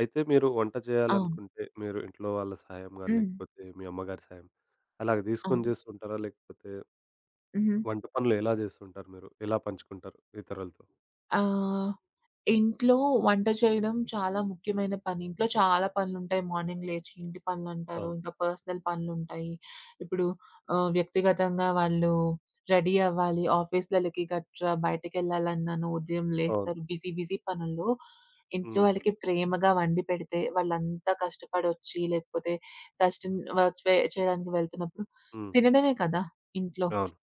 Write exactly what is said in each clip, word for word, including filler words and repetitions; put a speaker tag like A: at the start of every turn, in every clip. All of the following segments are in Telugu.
A: అయితే మీరు వంట
B: అవును.
A: చేయాలనుకుంటే, మీరు ఇంట్లో వాళ్ళ సహాయం గాని,
B: హ్మ్.
A: లేకపోతే మీ అమ్మగారి సహాయం అలాగ
B: అవును.
A: తీసుకొని చేస్తుంటారా? లేకపోతే
B: హుహు.
A: వంట పనులు ఎలా చేస్తుంటారు మీరు? ఎలా పంచుకుంటారు ఇతరులతో?
B: ఆహ్, ఇంట్లో వంట చేయడం చాలా ముఖ్యమైన పని. ఇంట్లో చాలా పనులుంటాయి. మార్నింగ్ లేచి ఇంటి పనులంటారు.
A: అవును.
B: ఇంకా పర్సనల్ పనులుంటాయి. ఇప్పుడు ఆహ్, వ్యక్తిగతంగా వాళ్ళు రెడీ అవ్వాలి. ఆఫీస్‌లలకి గట్రా బయటికెళ్ళాలన్నాను ఉదయం
A: అవును.
B: లేస్తారు. బిజీ బిజీ పనుల్లో ఇంట్లో వాళ్ళకి
A: హ్మ్.
B: ప్రేమగా వండి పెడితే, వాళ్ళంతా కష్టపడొచ్చి లేకపోతే కష్టం వర్క్ చే చేయడానికి వెళ్తున్నప్పుడు
A: హ్మ్.
B: తినడమే కదా! ఇంట్లో.
A: అవును.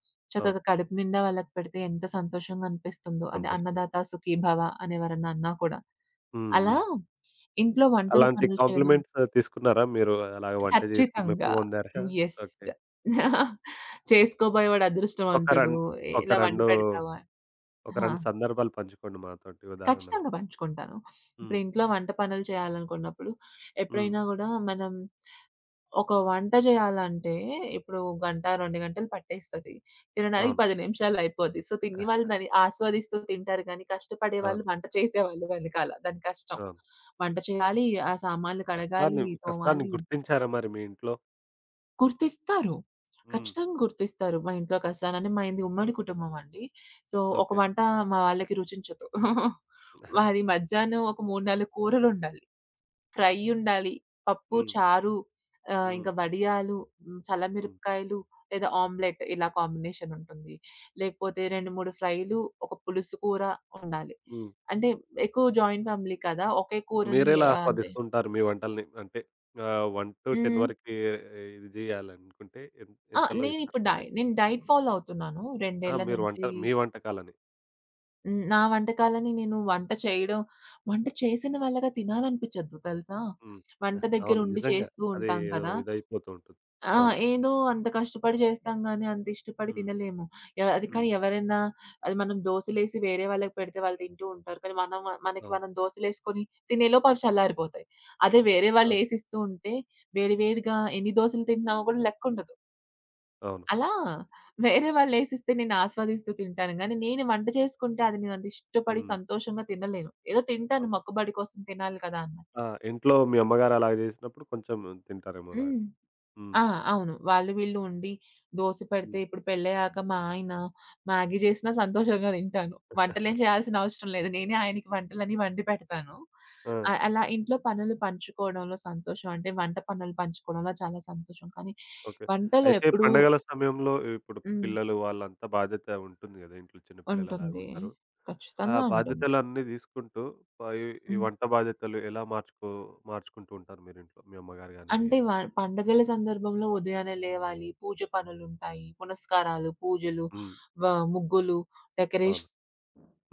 A: అవును.
B: చక్కగా కడుపు నిండా వాళ్ళకి పెడితే ఎంత సంతోషంగా అనిపిస్తుందో. అంటే
A: సంతోషంగా ఉంది.
B: అన్నదాత సుఖీభవ అనేవరన్నా అన్నా కూడా.
A: హ్మ్.
B: అలా
A: హ్మ్.
B: ఇంట్లో వంటలు
A: అలాంటి
B: పనులు చేయడం
A: కాంప్లిమెంట్స్ తీసుకున్నారా మీరు? అలాగ వంట చేసి మెప్పు
B: ఖచ్చితంగా.
A: పొందారా?
B: యెస్.
A: ఓకే.
B: చేసుకోబోయేవాడు
A: ఒక
B: అదృష్టవంతుడు.
A: రన్ ఒక
B: ఇలా వండి
A: రెండు
B: పెడతావా
A: ఒక
B: ఆ!
A: రెండు సందర్భాలు పంచుకోండి మాతోటి ఉదాహరణలు.
B: ఖచ్చితంగా పంచుకుంటాను. ఇప్పుడు
A: హ్మ్.
B: ఇంట్లో వంట పనులు చేయాలనుకున్నప్పుడు
A: హ్మ్.
B: ఎప్పుడైనా గూడా మనం ఒక వంట చేయాలంటే ఇప్పుడు గంట, రెండు గంటలు పట్టేస్తది. తినడానికి
A: అవును.
B: పది నిమిషాల్లో అయిపోద్ది. సో, తిని వాళ్ళు దాన్ని ఆస్వాదిస్తూ తింటారు గానీ, కష్టపడేవాళ్ళు
A: అవును.
B: వంట చేసేవాళ్ళు వెనకాల. దాని కష్టం.
A: అవును.
B: వంట చేయాలి, ఆ సామాన్లు కడగాలి,
A: కష్టాన్ని కష్టాన్ని
B: తోమాలి.
A: గుర్తించారా మరి మీ ఇంట్లో?
B: గుర్తిస్తారు.
A: హ్మ్.
B: ఖచ్చితంగా గుర్తిస్తారు. మా ఇంట్లో కసాలని మాయింది ఉమ్మడి కుటుంబం అండి. సో, ఒక
A: ఓకే.
B: వంట మా వాళ్ళకి రుచించదు. అది మధ్యాహ్నం ఒక మూడు, నాలుగు కూరలుండాలి. ఫ్రై ఉండాలి. పప్పు,
A: హ్మ్.
B: చారు, ఆహ్, ఇంకా
A: హ్మ్.
B: వడియాలు, హ్మ్,
A: హ్మ్.
B: చల్లమిరపకాయలు లేదా ఆమ్లెట్ ఇలా కాంబినేషన్ ఉంటుంది. లేకపోతే రెండు, మూడు ఫ్రైలు, ఒక పులుసు కూర ఉండాలి.
A: హ్మ్.
B: అంటే ఎక్కువ జాయింట్ ఫ్యామిలీ కదా! ఒకే కూరని
A: మీరెలా
B: ఆహ్, అంతే.
A: ఆస్వాదిస్తుంటారు మీ వంటల్ని? అంటే ఆహ్, ఒకటి నుంచి పది
B: హ్మ్.
A: వరకి ఇది జేయాలనుకుంటే ఎం
B: ఆ!
A: ఎంతలో ఇస్తారు
B: నేనిప్పుడు
A: మరి
B: డై
A: రేటింగ్?
B: నేను డైట్ ఫాలో అవుతున్నాను. రెండు
A: ఆ!
B: ఏళ్ల
A: మీరు వంట
B: నుంచి.
A: మీ వంటకాలని.
B: హ్మ్. నా వంటకాలని నేను వంట చేయడం, వంట చేసిన వాళ్ళగా తినాలనిపిచ్చద్దు తెలుసా?
A: హ్మ్.
B: వంట
A: అవును.
B: దగ్గరుండి
A: నిజంగా.
B: చేస్తూ
A: అది
B: ఉంటాం
A: ఏదో
B: కదా!
A: ఇదైపోతూ ఉంటుంది.
B: ఆ!
A: అవును.
B: ఏదో అంత కష్టపడి చేస్తాం గానీ, అంత ఇష్టపడి
A: హ్మ్.
B: తినలేము. ఎ అది కానీ
A: హ్మ్.
B: ఎవరైనా అది మనం దోసలేసి వేరే వాళ్ళకి పెడితే వాళ్ళు తింటూ ఉంటారు. కానీ మనం, మనకి
A: అవును.
B: మనం దోసలేసుకొని తినేలోపు అవి చల్లారిపోతాయి. అదే వేరే
A: అవును.
B: వాళ్ళేసిస్తూ ఉంటే వేడి వేడిగా ఎన్ని దోసలు తింటున్నామో కూడా లెక్కుండదు.
A: అవును.
B: అలా వేరే వాళ్ళేసిస్తే నేను ఆస్వాదిస్తూ తింటాను గానీ, నేను వంట చేసుకుంటే అది నేనంత ఇష్టపడి
A: హ్మ్.
B: సంతోషంగా తినలేను. ఏదో తింటాను
A: అవును.
B: మొక్కుబడి కోసం తినాలి కదా అన్నట్టు.
A: ఆ! ఇంట్లో మీ అమ్మగారు అలాగ జేసినప్పుడు కొంచెం తింటారేమో
B: హ్మ్.
A: అలాగా. హ్మ్.
B: ఆ! అవును. వాళ్ళు వీళ్ళు ఉండి దోస పెడితే
A: హ్మ్.
B: ఇప్పుడు పెళ్ళయ్యాక మా ఆయన మ్యాగీ చేసినా సంతోషంగా తింటాను. వంటలేం చేయాల్సిన అవసరం లేదు. నేనే ఆయనకి వంటలన్నీ వండి పెడతాను.
A: ఆ!
B: అ అలా ఇంట్లో పనులు పంచుకోవడంలో సంతోషం, అంటే వంట పనులు పంచుకోవడంలో చాలా సంతోషం. కానీ
A: ఓకే.
B: వంటలో
A: అయితే
B: ఎప్పుడూ
A: పండగల సమయంలో ఇప్పుడు
B: హ్మ్.
A: పిల్లలు వాళ్ళంతా బాధ్యత ఉంటుంది గదా! ఇంట్లో చిన్న పిల్లలలాగా
B: ఉంటుంది.
A: ఉంటారు. ఆ
B: ఖచ్చితంగా ఉంటుంది.
A: బాధ్యతలన్నీ తీసుకుంటూ ప ఈ ఈ
B: హ్మ్.
A: వంట బాధ్యతలు ఎలా మార్చుకో మార్చుకుంటూ ఉంటారు మీరింట్లో? మీ అమ్మగారు గాని
B: అంటే
A: మీరు?
B: వ పండుగల సందర్భంలో ఉదయాన్నే లేవాలి. పూజ పనులుంటాయి. పునస్కారాలు, పూజలు,
A: హ్మ్.
B: వ ముగ్గులు,
A: అవును.
B: డెకరేషన్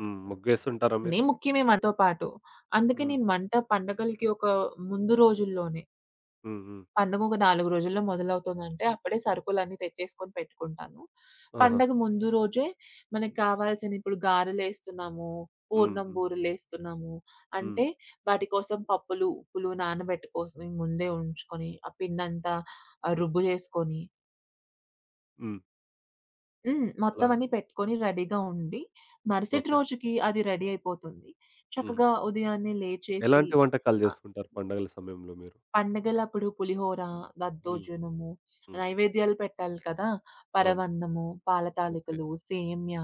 A: హ్మ్. ముగ్గేస్తుంటారా
B: ఇయి
A: మీరు?
B: ముఖ్యమే మనతో పాటు. అందుకే
A: హ్మ్.
B: నేను వంట పండగలకి ఒక ముందు రోజుల్లోనే,
A: హ్మ్. హ్మ్.
B: పండగ ఒక నాలుగు రోజుల్లో మొదలవుతుందంటే, అప్పుడే సరుకులన్నీ తెచ్చేసుకొని పెట్టుకుంటాను.
A: ఆహా!
B: పండగ ముందు రోజే మనకు కావాల్సిన, ఇప్పుడు గారెలేస్తున్నాము,
A: హ్మ్.
B: పూర్ణం
A: హ్మ్.
B: బూరెలేస్తున్నాము.
A: హ్మ్.
B: అంటే వాటి కోసం పప్పులు, ఉప్పులు నానబెట్టుకోసి ముందే ఉంచుకొని, ఆ పిండంతా ఆహ్, రుబ్బు చేసుకొని
A: హ్మ్.
B: హ్మ్. మొత్తం
A: అలాగా.
B: అన్నీ పెట్టుకొని రెడీగా ఉండి, మరుసటి
A: ఓకే.
B: రోజుకి అది రెడీ అయిపోతుంది.
A: హుహు.
B: చక్కగా ఉదయాన్నే లేచేసి
A: ఎలాంటి వంటకాలు
B: ఆహ్
A: జేస్తుంటారు పండగల సమయంలో మీరు?
B: పండగలప్పుడు పులిహోర,
A: హ్మ్.
B: దద్దోజనము,
A: హుహు.
B: నైవేద్యాలు పెట్టాలి కదా!
A: అవును.
B: పరమాన్నము, పాల
A: ఓకే.
B: తాలికలు, సేమ్య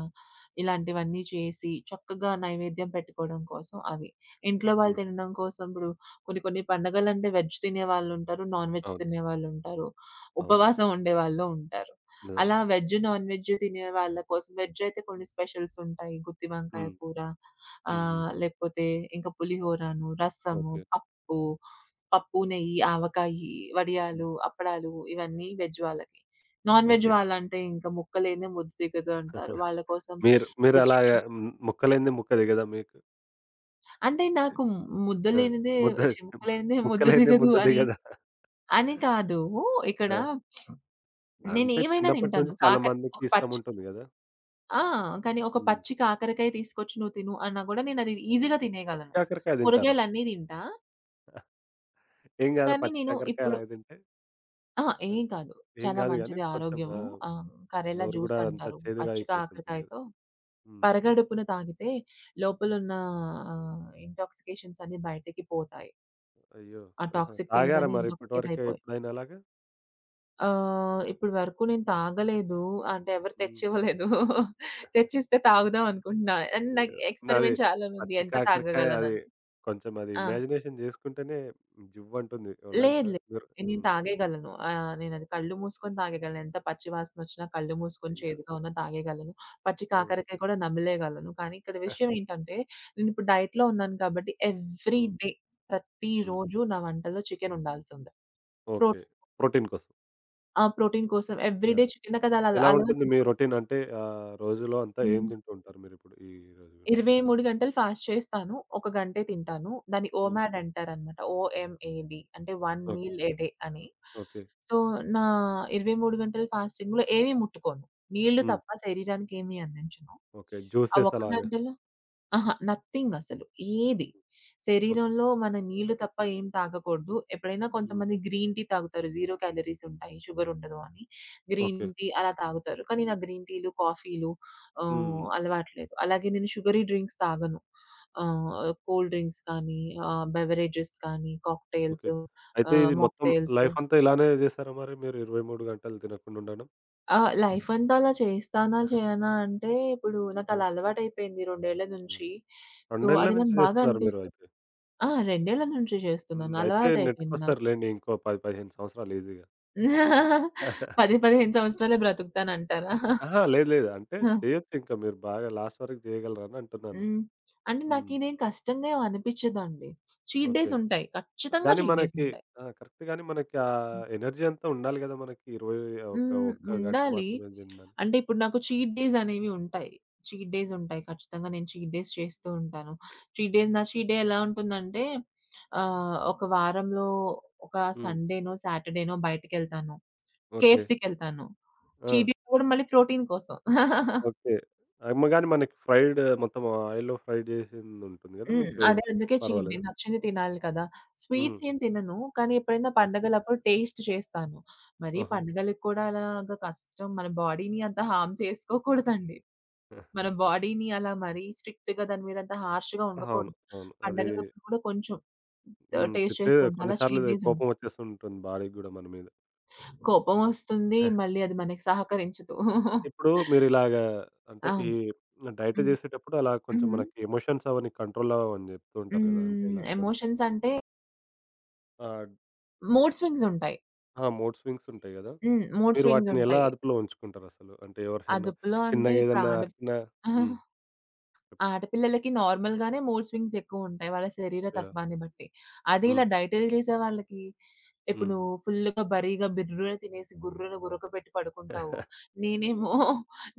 B: ఇలాంటివన్నీ చేసి చక్కగా నైవేద్యం పెట్టుకోవడం కోసం అవి. ఇంట్లో వాళ్ళు
A: హ్మ్.
B: తినడం కోసం ఇప్పుడు కొన్ని కొన్ని పండగలంటే వెజ్ తినేవాళ్ళుంటారు, నాన్ వెజ్
A: అవును.
B: తినేవాళ్ళుంటారు,
A: అవును.
B: ఉపవాసం ఉండేవాళ్ళు ఉంటారు.
A: నిజంగా.
B: అలా వెజ్, నాన్ వెజ్ తినే వాళ్ళ కోసం వెజ్ అయితే కొన్ని స్పెషల్స్ ఉంటాయి. గుత్తి వంకాయ
A: హ్మ్.
B: కూర,
A: హ్మ్. హ్మ్.
B: ఆహ్, లేకపోతే ఇంకా పులిహోరను, రసము,
A: ఓకే.
B: పప్పు, పప్పు, నెయ్యి, ఆవకాయి,
A: హ్మ్.
B: వడియాలు, అప్పడాలు ఇవన్నీ వెజ్ వాళ్ళకి. Non veg
A: okay.
B: వాళ్ళంటే ఇంకా ముక్క లేనిదే ముద్ద దిగదు అంటారు. వాళ్ళ కోసం
A: మీరు
B: ఇప్పుడు
A: మీరలాగా
B: చికెన్,
A: హ్మ్. ముక్కలేనిదే ముక్క దిగదా మీకు?
B: అంటే నాకు ముద్ద
A: ఆ!
B: లేనిదే
A: ముద్ద
B: ఛీ! ముక్క లేనిదే ముద్ద
A: ముక్కలేనిదే
B: దిగదు
A: ముద్ద
B: అని,
A: దిగదా?
B: అని కాదు. ఇక్కడ
A: ఆ! అంటే
B: నేనేమైనా
A: చిన్నప్పటి
B: తింటాను.
A: నుంచి చాలా
B: కాకర
A: మందికి
B: ఒక పచ్చి
A: ఇష్టముంటుంది గదా!
B: ఆ! కానీ ఒక
A: హ్మ్.
B: పచ్చి కాకరకాయ తీసుకొచ్చి నువ్వు తిను అన్నా గూడా నేనది ఈజీ‌గా
A: పచ్చి
B: తినేయగలను.
A: కాకరకాయ తింటారా?
B: కూరగాయలన్నీ తింటా.
A: ఏం గాదా
B: కానీ
A: పచ్చి
B: నేను
A: కాకరకాయ
B: ఇప్పుడు
A: అలాగ తింటే?
B: ఆ! ఏం
A: అంటే
B: కాదు.
A: ఏం
B: చాలా
A: గాదు గానీ
B: మంచిది
A: కొంచెం
B: ఆరోగ్యము.
A: ఆహ్,
B: ఆహ్, కరేలా
A: నోరు
B: జ్యూస్
A: గూడా అంతా
B: అంటారు.
A: చేదుగా
B: పచ్చి
A: అయిపోతుంటుంది గదా!
B: కాకరకాయతో
A: హ్మ్.
B: పరగడుపున తాగితే లోపలున్న ఆహ్, ఇంటాక్సికేషన్స్ అన్నీ బయటకి పోతాయి.
A: అయ్యో!
B: ఆ
A: ఆహా!
B: టాక్సిక్ థింగ్స్
A: తాగారా
B: అన్నీ
A: మరి ఇప్పటి
B: ఇంటాక్సికేట్
A: వరకు
B: అయిపోయాయి.
A: ఎప్పుడైనా అలాగా?
B: ఆహ్, ఇప్పటి వరకు నేను తాగలేదు. అంటే ఎవరు
A: హ్మ్.
B: తెచ్చివ్వలేదు. తెచ్చిస్తే తాగుదాం అనుకుంటున్నా. అండ్ నాకు
A: అయ్యో! నాది
B: ఎక్స్‌పెరిమెంట్ చేయాలని ఉంది.
A: పచ్చి
B: ఎంత
A: కాకరకాయ అది
B: తాగగలనని.
A: కొంచెం అది
B: ఆ!
A: ఇమాజినేషన్ జేసుకుంటేనే జువ్వంటుంది
B: లేదు
A: ఒళ్ళంతా.
B: లేదు.
A: మీరు
B: నేను
A: హ్మ్.
B: తాగేయగలను. ఆహ్, నేనది కళ్ళు మూసుకొని తాగేయగలను. ఎంత పచ్చి వాసనొచ్చినా కళ్ళు మూసుకొని
A: అయ్యో!
B: చేదుగా ఉన్నా తాగేయగలను. పచ్చి
A: హ్మ్.
B: కాకరకాయ కూడా నమిలేయగలను. కానీ ఇక్కడ విషయం ఏంటంటే, నేనిప్పుడు డైట్‌లో ఉన్నాను కాబట్టి ఎవ్రీ
A: హ్మ్.
B: డే,
A: హ్మ్.
B: ప్రతిరోజు నా వంటల్లో చికెనుండాల్సిందే.
A: ఓకే.
B: ప్రోటీన్,
A: ప్రోటీన్ కోసం.
B: ఆ! ప్రోటీన్ కోసం ఎవ్రీ డే
A: యాహ్!
B: చికెన్ నాకది అలా
A: ఎలా ఉంటుంది మీ
B: అలవాటయిపోయింది.
A: రొటీన్? అంటే ఆహ్, రోజులో అంతా ఏం
B: హ్మ్.
A: తింటూ ఉంటారు మీరిప్పుడు ఈ రోజు?
B: ఇరవై మూడు గంటలు ఫాస్ట్ చేస్తాను. ఒక గంటే తింటాను. దాన్ని
A: హ్మ్.
B: ఓమాడ్ అంటారనమాట. ఓఎంఏడి అంటే one
A: okay.
B: Meal a day అని.
A: ఓకే.
B: సో, నా ఇరవై మూడు గంటల ఫాస్టింగ్‌లో ఏమి ముట్టుకోను. నీళ్లు
A: హ్మ్.
B: తప్ప శరీరానికి ఏమి అందించను.
A: ఓకే.
B: ఆ
A: జ్యూసెస్
B: ఒక్క
A: అలాగా.
B: గంటలో అహా! నథింగ్ అసలు. ఏది.
A: ఓకే.
B: శరీరంలో మన నీళ్లు తప్ప ఏం తాగకూడదు. ఎప్పుడైనా
A: హ్మ్.
B: కొంతమంది గ్రీన్ టీ తాగుతారు. జీరో క్యాలరీస్ ఉంటాయి. షుగర్ ఉండదు అని. Green
A: okay.
B: టీ అలా తాగుతారు. కానీ నాకు గ్రీన్ టీలు, కాఫీలు
A: హ్మ్.
B: ఆహ్,
A: హ్మ్.
B: అలవాట్లేదు. అలాగే నేను షుగరీ డ్రింక్స్ తాగను. ఆహ్, కూల్ డ్రింక్స్ కానీ, ఆహ్, బెవరేజెస్ కానీ, కాక్టెయిల్స్,
A: ఓకే. అయితే
B: ఆహ్,
A: ఇది మొత్తం
B: మాక్టెయిల్స్.
A: లైఫంతా ఇలానే జేసారా మరి మీరు ఇరవై మూడు గంటలు తినకుండా ఉండడం?
B: ఆ! లైఫ్ అంతా అలా చేస్తానా, చేయనా అంటే ఇప్పుడు నాకు
A: ఆ!
B: అలా అలవాటైపోయింది రెండు ఏళ్ల నుంచి. సో,
A: రెండు ఏళ్ల
B: అది
A: నుంచి
B: నాకు బాగా
A: జేస్తున్నారు మీరు
B: అనిపిస్తుంది.
A: అయితే.
B: ఆ! రెండు ఏళ్ల నుంచి చేస్తున్నాను.
A: హ్మ్. అయితే
B: అలవాటైపోయింది నాకు.
A: నెట్టుకొస్తారులెండి. ఇంకో పది, పదిహేను సంవత్సరాలు ఈజీగా.
B: పది, పదిహేను సంవత్సరాలే బ్రతుకుతానంటారా?
A: అహా! లేదు లేదు. అంటే
B: ఆ!
A: చేయొచ్చు ఇంకా మీరు బాగా లాస్ట్ వరకు చేయగలరని అంటున్నాను.
B: హ్మ్. అంటే
A: హ్మ్.
B: నాకిదేం కష్టంగా ఏం అనిపిచ్చదండి. Cheat
A: okay.
B: డేస్ ఉంటాయి. ఖచ్చితంగా
A: కానీ
B: చీట్ డేస్
A: మనకి
B: ఉంటాయి.
A: ఆ! కరెక్ట్ గానీ మనకి ఆ ఎనర్జీ అంతా ఉండాలి గదా! మనకి ఇరవై ఒక
B: హ్మ్.
A: ఒక్క గంట
B: ఉండాలి.
A: మాత్రమే తినడానికి.
B: అంటే ఇప్పుడు నాకు చీట్ డేస్ అనేవి ఉంటాయి. చీట్ డేస్
A: హ్మ్.
B: ఉంటాయి. ఖచ్చితంగా నేను చీట్ డేస్ చేస్తూ ఉంటాను. చీట్ డేస్, నా చీట్ డే ఎలా ఉంటుందంటే ఆహ్, ఒక వారంలో ఒక
A: హ్మ్.
B: సండేనో, సాటర్డేనో బయటికెళ్తాను.
A: ఓకే.
B: కేఎఫ్‌సీకెళ్తాను.
A: ఆ!
B: చీట్ డే కూడా మళ్ళీ ప్రోటీన్ కోసం.
A: ఓకే. అమ్మ గాని మనకి ఫ్రైడ్ మొత్తం ఆయిల్‌లో ఫ్రై చేసిందుంటుంది గదా!
B: హ్మ్.
A: మీకు
B: అదే అందుకే చీట్ డే
A: పర్వాలేదా?
B: నచ్చింది తినాలి కదా!
A: హ్మ్.
B: స్వీట్స్ ఏం తినను. కానీ ఎప్పుడైనా
A: ఓకే.
B: పండగలప్పుడు టేస్ట్ చేస్తాను. మరి
A: ఆహా!
B: పండగలకి కూడా అలాగా కష్టం, మన బాడీని అంత హార్మ్ చేసుకోకూడదండి. మన బాడీని అలా మరీ స్ట్రిక్ట్‌గా దాని మీద అంత హార్ష్‌గా
A: అవును.
B: ఉండకూడదు.
A: అవును. అది
B: పండగలప్పుడు కూడా కొంచెం ఆహ్,
A: హ్మ్.
B: టేస్ట్
A: తిట్టే
B: చేస్తూ ఉంటా. అలా
A: కొన్నిసార్లు
B: చీట్ డేస్
A: కోపం
B: ఉంటాయి.
A: వచ్చేస్తుంటుంది భార్యకి గూడా మన మీద.
B: కోపం వస్తుంది.
A: హ్మ్.
B: మళ్ళీ అది మనకి సహకరించదు.
A: ఇప్పుడు మీరిలాగా అంటే ఈ
B: అవును.
A: డైట్
B: హ్మ్.
A: చేసేటప్పుడు అలా కొంచెం
B: హుహు.
A: మనకి ఎమోషన్స్ అవన్నీ కంట్రోల్ అవ్వవని చెప్తూ ఉంటారు కదా! అంటే
B: హ్మ్.
A: ఇలా కొన్ని
B: ఎమోషన్స్ అంటే
A: ఆ!
B: మూడ్ స్వింగ్స్ ఉంటాయి.
A: ఆ! మూడ్ స్వింగ్స్ ఉంటాయి గదా!
B: హ్మ్. మూడ్
A: మీరు
B: స్వింగ్స్
A: వాటిని ఎలా
B: ఉంటాయి.
A: అదుపులో ఉంచుకుంటారసలు? అంటే ఎవరైనా
B: అదుపులో అంటే
A: చిన్నగా
B: ఇప్పుడు
A: ఏదన్నా
B: ఆడ
A: అరిసినా హ్మ్. చెప్పండి.
B: ఆడపిల్లలకి నార్మల్‌గానే మూడ్ స్వింగ్స్ ఎక్కువుంటాయి. వాళ్ళ శరీర
A: యాహ్!
B: తత్వాన్ని బట్టి. అదే ఇలా
A: హ్మ్.
B: డైట్‌లు చేసే వాళ్ళకి ఇప్పుడు
A: హ్మ్.
B: నువ్వు ఫుల్‌గా బరీగా బిర్రున తినేసి గుర్రున గురకబెట్టి
A: హ్మ్.
B: పడుకుంటావు. నేనేమో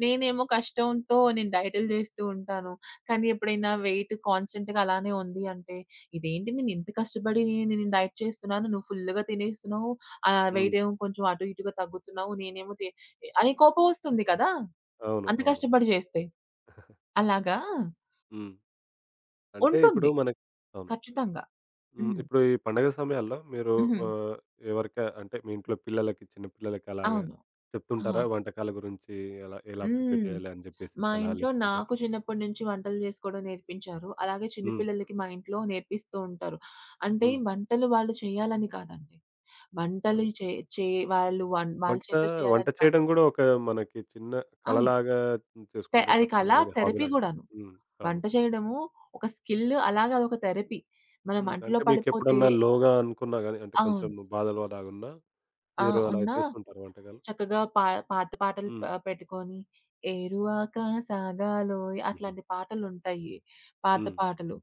B: నేనేమో కష్టంతో నేను డైట్‌లు చేస్తూ ఉంటాను. కానీ ఎప్పుడైనా వెయిట్ కాన్స్టెంట్‌గా అలానే ఉంది అంటే, ఇదేంటి నేను ఇంత కష్టపడి నేను డైట్ చేస్తున్నాను, నువ్వు ఫుల్‌గా తినేస్తున్నావు, ఆహ్, వెయిట్ ఏమో కొంచెం అటు ఇటుగా తగ్గుతున్నావు, నేనేమో తి అని కోపమొస్తుంది కదా!
A: అవును.
B: అంత
A: అవును.
B: కష్టపడి చేస్తే. అలాగా
A: హ్మ్. అంటే ఇప్పుడు
B: ఉంటుంది.
A: మనకి అవును.
B: ఖచ్చితంగా.
A: హ్మ్.
B: హ్మ్.
A: ఇప్పుడు ఈ పండగ సమయాల్లో మీరు
B: హుహు.
A: ఆహ్, ఎవరికా అంటే మీ ఇంట్లో పిల్లలకి, చిన్న పిల్లలకి అలాగా
B: అవును. ఆ!
A: చెప్తుంటారా? వంటకాల గురించి ఎలా ఎలా ప్రిపేర్
B: హ్మ్.
A: జేయాలి అని జెప్పేసి
B: మా ఇంట్లో
A: సలహాలిస్తుంటారా?
B: నాకు చిన్నప్పటి నుంచి వంటలు చేసుకోవడం నేర్పించారు. అలాగే చిన్న
A: హ్మ్.
B: పిల్లలకి మా ఇంట్లో నేర్పిస్తూ ఉంటారు. అంటే
A: హ్మ్.
B: వంటలు వాళ్ళు చేయాలని కాదండి. వంటలు
A: అదే.
B: చే చే వాళ్ళు వన్ వాళ్ళ
A: వంట
B: చేత్తో
A: వంట
B: చేయాలని కాదు.
A: చేయడం గూడా ఒక మనకి చిన్న
B: అవును.
A: కళలాగా
B: తె అది
A: చేసుకుంటుంటారు
B: కళా,
A: చాలామంది
B: థెరపీ
A: హాబీలాగా.
B: గూడాను.
A: హ్మ్. అవును.
B: వంట చేయడము ఒక స్కిల్, అలాగే అదొక థెరపీ. మనం
A: హ్మ్.
B: మంటలో
A: అంటే
B: పడిపోతే
A: మీకెప్పుడన్నా లోగా అనుకున్నా గాని అంటే కొంచెం
B: అవును.
A: బాధలో అలాగున్నా
B: ఆ!
A: మీరు అలా
B: ఉన్న
A: చేస్తుంటారా వంటకాలు?
B: చక్కగా పా పాత పాటలు ప
A: హ్మ్.
B: పెట్టుకొని, 'ఏరువాక సాగాలోయ్'
A: హుహు.
B: అట్లాంటి పాటలుంటాయి. పాత
A: హ్మ్.
B: పాటలు.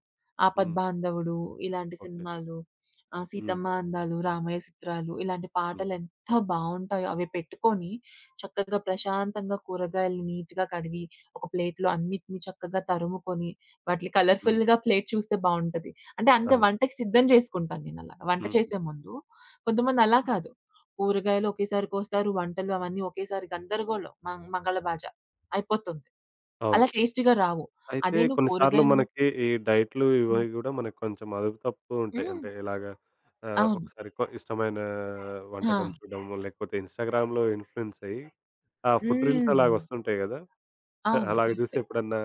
A: హ్మ్.
B: 'ఆపద్బాంధవుడు' ఇలాంటి
A: ఓకే.
B: సినిమాలు, ఆహ్,
A: హ్మ్.
B: 'సీతమ్మ అందాలు', 'రామయ్య చిత్రాలు' ఇలాంటి
A: హ్మ్.
B: పాటలెంత బావుంటాయో అవి పెట్టుకొని, చక్కగా ప్రశాంతంగా కూరగాయలు నీట్‌గా కడిగి, ఒక ప్లేట్‌లో అన్నిటిని చక్కగా తరుముకొని, వాటిని
A: హ్మ్.
B: కలర్‌ఫుల్‌గా ప్లేట్ చూస్తే బావుంటది. అంటే అంతే
A: అవును.
B: వంటకి సిద్ధం జేసుకుంటాను నేనలాగా. వంట
A: హుహు.
B: చేసే ముందు. కొంతమందలా కాదు. కూరగాయలు ఒకేసారి కోస్తారు, వంటలు అవన్నీ ఒకేసారి గందరగోళం. మం మంగళ భాజ అయిపోతుంది.
A: అవును.
B: అలా టేస్టీ‌గా రావు.
A: అయితే
B: అదే నువ్వు
A: కొన్నిసార్లు
B: కూరగాయలు
A: మనకి ఈ డైట్‌లు ఇవి గూడా మనకు కొంచెం అదుపు తప్పుతూ ఉంటాయి.
B: హ్మ్.
A: అంటే ఎలాగా ఆహ్,
B: అవును.
A: ఒకసారి కొ ఇష్టమైన వంటకం
B: ఆ!
A: చూడడం, లేకపోతే ఇన్‌స్టాగ్రామ్‌లో ఇన్‌ఫ్లూయెన్స్ అయ్యి ఆ ఫుడ్ రీల్స్
B: హ్మ్.
A: అలాగొస్తుంటాయి గదా!
B: అవును.
A: అలాగ చూసి
B: కరెక్టే.
A: ఎప్పుడన్నా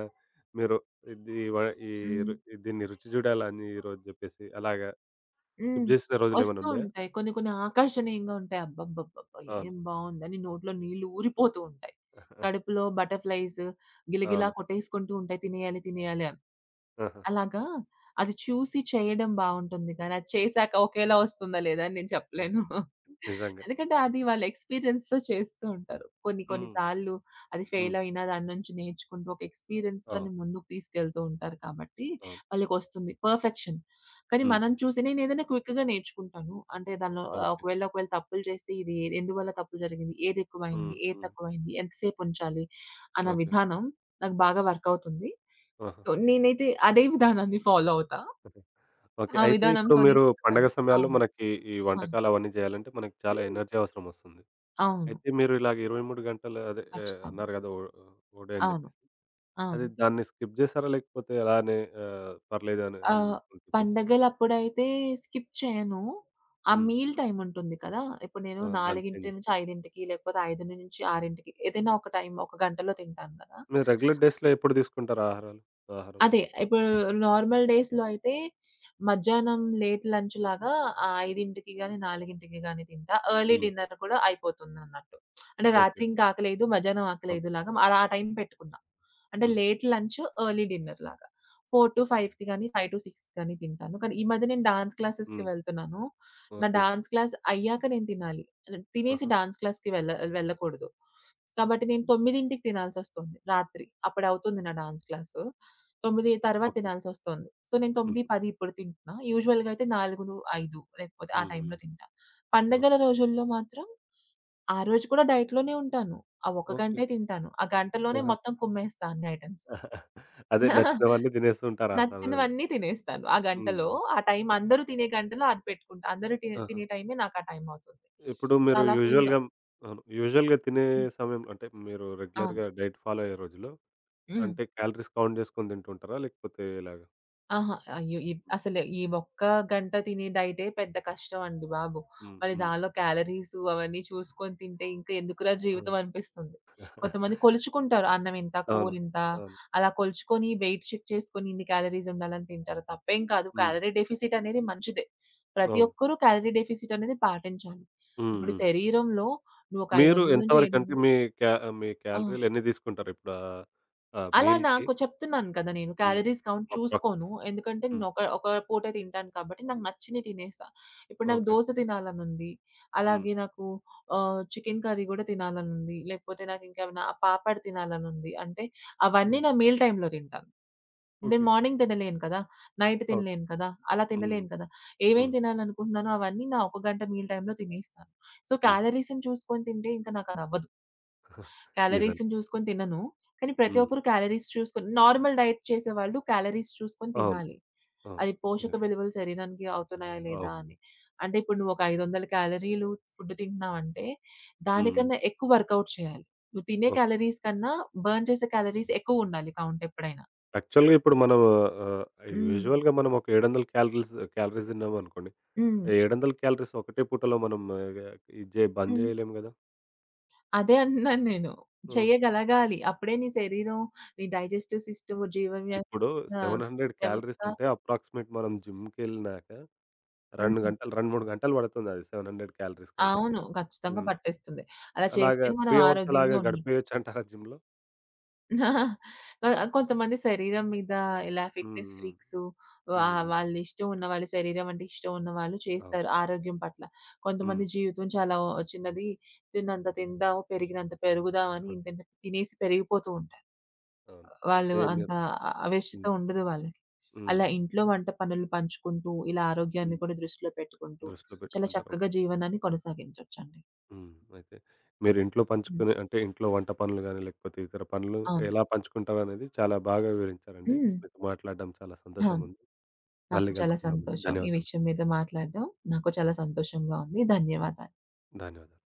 A: మీరు ఇది వ ఈ
B: హ్మ్.
A: రు దీన్ని రుచి చూడాలని ఈరోజు జెప్పేసి అలాగా
B: హ్మ్.
A: స్కిప్ జేసిన రోజులేమైనా
B: వస్తూ
A: ఉన్నాయా?
B: ఉంటాయి. కొన్ని కొన్ని ఆకర్షణీయంగా ఉంటాయి. అబ్బబ్బబ్బబ్బా!
A: అవును.
B: ఏం బావుందని నోట్లో నీళ్లు ఊరిపోతూ ఉంటాయి. కడుపులో బటర్‌ఫ్లైస్ గిలగిలా
A: అవును.
B: కొట్టేసుకుంటూ ఉంటాయి. తినేయాలి, తినేయాలి అని.
A: ఆహా!
B: అలాగా అది చూసి చేయడం బావుంటుంది కానీ, అది చేశాక ఒకేలా వస్తుందా లేదా అని నేను చెప్పలేను.
A: నిజంగా.
B: ఎందుకంటే అది వాళ్ళ ఎక్స్‌పీరియన్స్‌తో చేస్తూ ఉంటారు. కొన్ని కొన్ని
A: హ్మ్.
B: సార్లు అది
A: హ్మ్.
B: ఫెయిల్ అయినా దాని నుంచి నేర్చుకుంటూ ఒక
A: అవును.
B: ఎక్స్‌పీరియన్స్‌తోని ముందుకు తీసుకెళ్తూ ఉంటారు కాబట్టి
A: అవును.
B: వాళ్ళకొస్తుంది పర్ఫెక్షన్. కానీ
A: హ్మ్.
B: మనం చూసి నేనేదైనా క్విక్‌గా నేర్చుకుంటాను. అంటే దానిలో ఆహ్,
A: ఓకే.
B: ఒకవేళ ఒకవేళ తప్పులు చేస్తే ఇది ఏ- ఎందువల్ల తప్పు జరిగింది? ఏది ఎక్కువైంది?
A: హ్మ్.
B: ఏది
A: హ్మ్.
B: తక్కువైంది? ఎంతసేపు ఉంచాలి? అన్న
A: ఓకే.
B: విధానం నాకు బాగా వర్క్ అవుతుంది.
A: ఆహా!
B: సో, నేనైతే అదే విధానాన్ని ఫాలో అవుతా.
A: ఓకే. ఓకే.
B: ఆ
A: అయితే ఇప్పుడు
B: విధానంతోనే
A: మీరు
B: చెప్తాను.
A: పండగ సమయాల్లో
B: అవును.
A: మనకి ఈ
B: ఆ!
A: వంటకాలవన్నీ జేయాలంటే మనకి చాలా
B: హ్మ్.
A: ఎనర్జీ అవసరమొస్తుంది.
B: అవును.
A: అయితే మీరు ఇలాగ ఇరవై మూడు గంటలు అదే ఆహ్,
B: ఖచ్చితంగా.
A: అన్నారు గదా! ఓ ఓడే అని
B: అవును.
A: జెప్పేసి. అది
B: అవును.
A: దాన్ని స్కిప్ జేసారా? లేకపోతే అలానే ఆహ్, పర్లేదు అని
B: ఆహ్,
A: అనుకుంటూ చేస్తుంటారా?
B: పండగలప్పుడైతే స్కిప్ చేయను. ఆ
A: హ్మ్.
B: మీల్ టైమ్ ఉంటుంది కదా! ఇప్పుడు నేను
A: ఆ! దాన్ని
B: నాలుగు
A: చేంజ్
B: నుంచి
A: జేస్తారా?
B: 5:00కి, లేకపోతే ఐదు నుంచి 6:00కి ఏదైనా ఒక టైమ్ ఒక గంటలో తింటాను కదా!
A: మీరు రెగ్యులర్ డేస్‌లో ఎప్పుడు తీసుకుంటారు ఆహారాలు? ఆహారం?
B: అదే, ఇప్పుడు నార్మల్ డేస్‌లో అయితే మధ్యాహ్నం లేట్ లంచ్ లాగా ఆహ్, 5కి గాని, 4కి గాని తింటా. ఎర్లీ
A: హ్మ్.
B: డిన్నర్ కూడా అయిపోతుందన్నట్టు. అంటే రాత్రి
A: ఓకే.
B: ఇంకా ఆకలేదు, మధ్యాహ్నం
A: అవును.
B: ఆకలేదు లాగా అలా ఆ టైం పెట్టుకున్నా. అంటే
A: హుహు.
B: లేట్ లంచ్, ఎర్లీ డిన్నర్ లాగా. నాలుగు-5కి గాని, ఐదు-6కి గాని తింటాను. కానీ ఈ మధ్య నేను డాన్స్ క్లాసెస్‌కి
A: హ్మ్.
B: వెళ్తున్నాను. నా
A: ఓకే.
B: డాన్స్ క్లాస్ అయ్యాక నేను తినాలి. తినేసి
A: ఆహా!
B: డాన్స్ క్లాస్‌కి వెళ్ళ వెళ్ళకూడదు. కాబట్టి నేను 9కి తినాల్సొస్తుంది రాత్రి. అప్పుడవుతుంది నా డాన్స్ క్లాసు. తొమ్మిదికి తర్వాత
A: ఓకే.
B: తినాల్సొస్తోంది. సో, నేను తొమ్మిది,
A: హుహు.
B: పది ఇప్పుడు తింటున్నా. యూజువల్‌గా అయితే నాలుగు, ఐదు లేకపోతే ఆ
A: హ్మ్.
B: టైంలో
A: హ్మ్.
B: తింటా. పండగల
A: ఓకే.
B: రోజుల్లో మాత్రం ఆ రోజు కూడా డైట్‌లోనే ఉంటాను. ఆ ఒక
A: ఓకే.
B: గంటే తింటాను. ఆ గంటలోనే
A: ఆహా!
B: మొత్తం కుమ్మేస్తా అన్ని ఐటెమ్స్.
A: అదే నచ్చినవన్నీ తినేస్తూ ఉంటారు ఆ సమయంలో.
B: నచ్చినవన్నీ తినేస్తాను. ఆ గంటలో
A: హ్మ్.
B: ఆ టైం
A: ఓకే.
B: అందరూ తినే గంటలో అది పెట్టుకుంటా. అందరూ తి
A: ఆహా!
B: తినే టైమే నాకు ఆ టైం అవుతుంది.
A: ఇప్పుడు మీరు
B: చాలా ఫుల్‌గా
A: యూజువల్‌గా అవును. యూజువల్‌గా తినే
B: హ్మ్.
A: సమయం అంటే మీరు
B: అవును.
A: రెగ్యులర్‌గా డైట్ ఫాలో అయ్యే రోజుల్లో
B: హ్మ్.
A: అంటే క్యాలరీస్ కౌంట్ చేసుకొని తింటుంటారా? లేకపోతే ఎలాగా?
B: ఆహా! అయ్యో! ఇ అసలు ఈ ఒక్క గంట తినే డైటే పెద్ద కష్టం అండి బాబు.
A: హ్మ్.
B: మళ్ళీ
A: హ్మ్.
B: దానిలో క్యాలరీస్ అవన్నీ చూసుకొని తింటే ఇంకా ఎందుకురా
A: ఆ!
B: జీవితం అనిపిస్తుంది. కొంతమంది కొలుచుకుంటారు. అన్నం ఇంత, కూర
A: అవును.
B: ఇంత
A: అవును.
B: అలా కొలుచుకొని వెయిట్ చెక్ చేసుకొని ఇన్ని క్యాలరీస్ ఉండాలని తింటారు. తప్పేం కాదు.
A: హ్మ్.
B: క్యాలరీ డెఫిసిట్ అనేది మంచిదే. ప్రతి
A: అవును.
B: ఒక్కరూ క్యాలరీ డెఫిసిట్ అనేది పాటించాలి.
A: హ్మ్.
B: ఇప్పుడు
A: హ్మ్.
B: శరీరంలో నువ్వు ఒక
A: మీరు
B: ఐదు వందల నుంచి
A: ఎంతవరకంటే
B: ఏడు వందలు,
A: మీ క్యా మీ
B: ఆ!
A: క్యాలరీలు ఎన్ని తీసుకుంటారు ఇప్పుడు ఆహ్, ఆ
B: అలా
A: మీల్‌కి?
B: నాకు చెప్తున్నాను కదా! నేను
A: హ్మ్.
B: Calories count
A: approx.
B: చూసుకోను. ఎందుకంటే నేను
A: హ్మ్.
B: ఒక ఒక పూటే తింటాను కాబట్టి నాకు నచ్చినయి తినేస్తా. ఇప్పుడు నాకు
A: ఓకే.
B: దోస తినాలనుంది.
A: హ్మ్.
B: అలాగే నాకు ఆహ్, చికెన్ కర్రీ గూడా తినాలనుంది. లేకపోతే నాకు ఇంకేమైనా పాపడ్ తినాలనుంది. అంటే అవన్నీ
A: హ్మ్.
B: నా మీల్ టైమ్‌లో తింటాను. నేను
A: ఓకే.
B: మార్నింగ్ తినలేను కదా! Night
A: okay.
B: తినలేను కదా! అలా
A: హ్మ్.
B: తినలేను కదా! ఏమేం
A: హ్మ్.
B: తినాలనుకుంటున్నానో అవన్నీ నా ఒక గంట మీల్ టైమ్‌లో తినేస్తాను. సో,
A: హ్మ్.
B: క్యాలరీస్‌ని చూసుకొని తింటే ఇంకా నాకదవ్వదు.
A: నిజం.
B: క్యాలరీస్‌ని చూసుకొని తినను. కానీ ప్రతి
A: హ్మ్.
B: ఒక్కరు క్యాలరీస్ చూసుకొని నార్మల్ డైట్ చేసేవాళ్ళు క్యాలరీస్ చూసుకొని
A: అవును.
B: తినాలి.
A: అవును.
B: అది పోషక
A: అదే.
B: విలువలు శరీరానికి అవుతున్నాయా లేదా
A: అవసరం.
B: అని. అంటే ఇప్పుడు నువ్వు ఒక ఐదు వందల క్యాలరీలు ఫుడ్ తింటున్నావంటే,
A: హ్మ్.
B: దానికన్నా ఎక్కువ వర్కౌట్ చేయాలి. నువ్వు తినే
A: ఓకే.
B: క్యాలరీస్ కన్నా బర్న్ చేసే క్యాలరీస్ ఎక్కువుండాలి కౌంట్ ఎప్పుడైనా.
A: యాక్చువల్‌గా ఇప్పుడు మనం ఆహ్,
B: హ్మ్.
A: యూజువల్‌గా మనం ఒక ఏడు వందల క్యాలరీస్ క్యాలరీస్ తిన్నామనుకోండి.
B: హ్మ్.
A: ఏడు వందల క్యాలరీస్ ఒకటే పూటలో మనం ఆ, ఇది జే బంద్
B: హ్మ్.
A: చేయలేం గదా!
B: అదే అంటున్నాను నేను.
A: హ్మ్.
B: చేయగలగాలి. అప్పుడే నీ శరీరం, నీ డైజెస్టివ్ సిస్టమ్, జీవవ్య
A: ఇప్పుడు
B: ఆహ్,
A: ఏడు వందల
B: వ్యవస్థ
A: క్యాలరీస్ అంటే అప్రాక్సిమేట్ మనం జిమ్‌కెళ్ళినాక రెండు
B: హ్మ్.
A: గంటలు రెండు, మూడు గంటలు పడుతుంది అది ఏడు వందల క్యాలరీస్ కంటే.
B: అవును. ఖచ్చితంగా
A: హ్మ్.
B: పట్టేస్తుంది. అలా
A: అలాగా
B: చేస్తేనే మనం
A: మూడు అవర్స్
B: ఆరోగ్యంగా
A: అలాగా
B: ఉన్నట్టు.
A: గడిపేయొచ్చంటారా జిమ్‌లో?
B: వ కొంతమంది శరీరం మీద ఇలా ఫిట్‌నెస్
A: హ్మ్.
B: ఫ్రీక్స్
A: హ్మ్.
B: వా
A: హ్మ్.
B: వాళ్ళ ఇష్టం ఉన్నవాళ్ళు, శరీరం అంటే ఇష్టం ఉన్నవాళ్ళు
A: అవును.
B: చేస్తారు ఆరోగ్యం పట్ల.
A: హ్మ్.
B: కొంతమంది జీవితం చాలా ఓ- చిన్నది. తిన్నంత తిందాము, పెరిగినంత పెరుగుదాం అని ఇంతింత తినేసి పెరిగిపోతూ ఉంటారు.
A: అవును.
B: వాళ్ళు
A: అయితే
B: అంత
A: మీరు
B: ఆవేశత
A: హ్మ్.
B: ఉండదు వాళ్ళకి.
A: హ్మ్.
B: అలా ఇంట్లో వంట పనులు పంచుకుంటూ, ఇలా ఆరోగ్యాన్ని
A: హ్మ్.
B: కూడా దృష్టిలో పెట్టుకుంటూ,
A: దృష్టిలో
B: చాలా
A: పెట్టుకుంటారు.
B: చక్కగా జీవనాన్ని కొనసాగించొచ్చండి.
A: హ్మ్. అయితే మీరు ఇంట్లో
B: హ్మ్.
A: పంచుకునే అంటే ఇంట్లో వంట పనులు గాని, లేకపోతే ఇతర పనులు
B: అవును.
A: ఎలా పంచుకుంటారనేది చాలా బాగా వివరించారండి.
B: హ్మ్.
A: మీతో మాట్లాడడం చాలా
B: అవును.
A: సంతోషంగుంది.
B: నాకు
A: మళ్ళీ
B: చాలా
A: కలుసుకుందామండి.
B: సంతోషం. ఈ
A: ధన్యవాదాలు.
B: విషయం మీద మాట్లాడడం నాకు చాలా సంతోషంగా ఉంది. ధన్యవాదాలు.
A: ధన్యవాదాలు.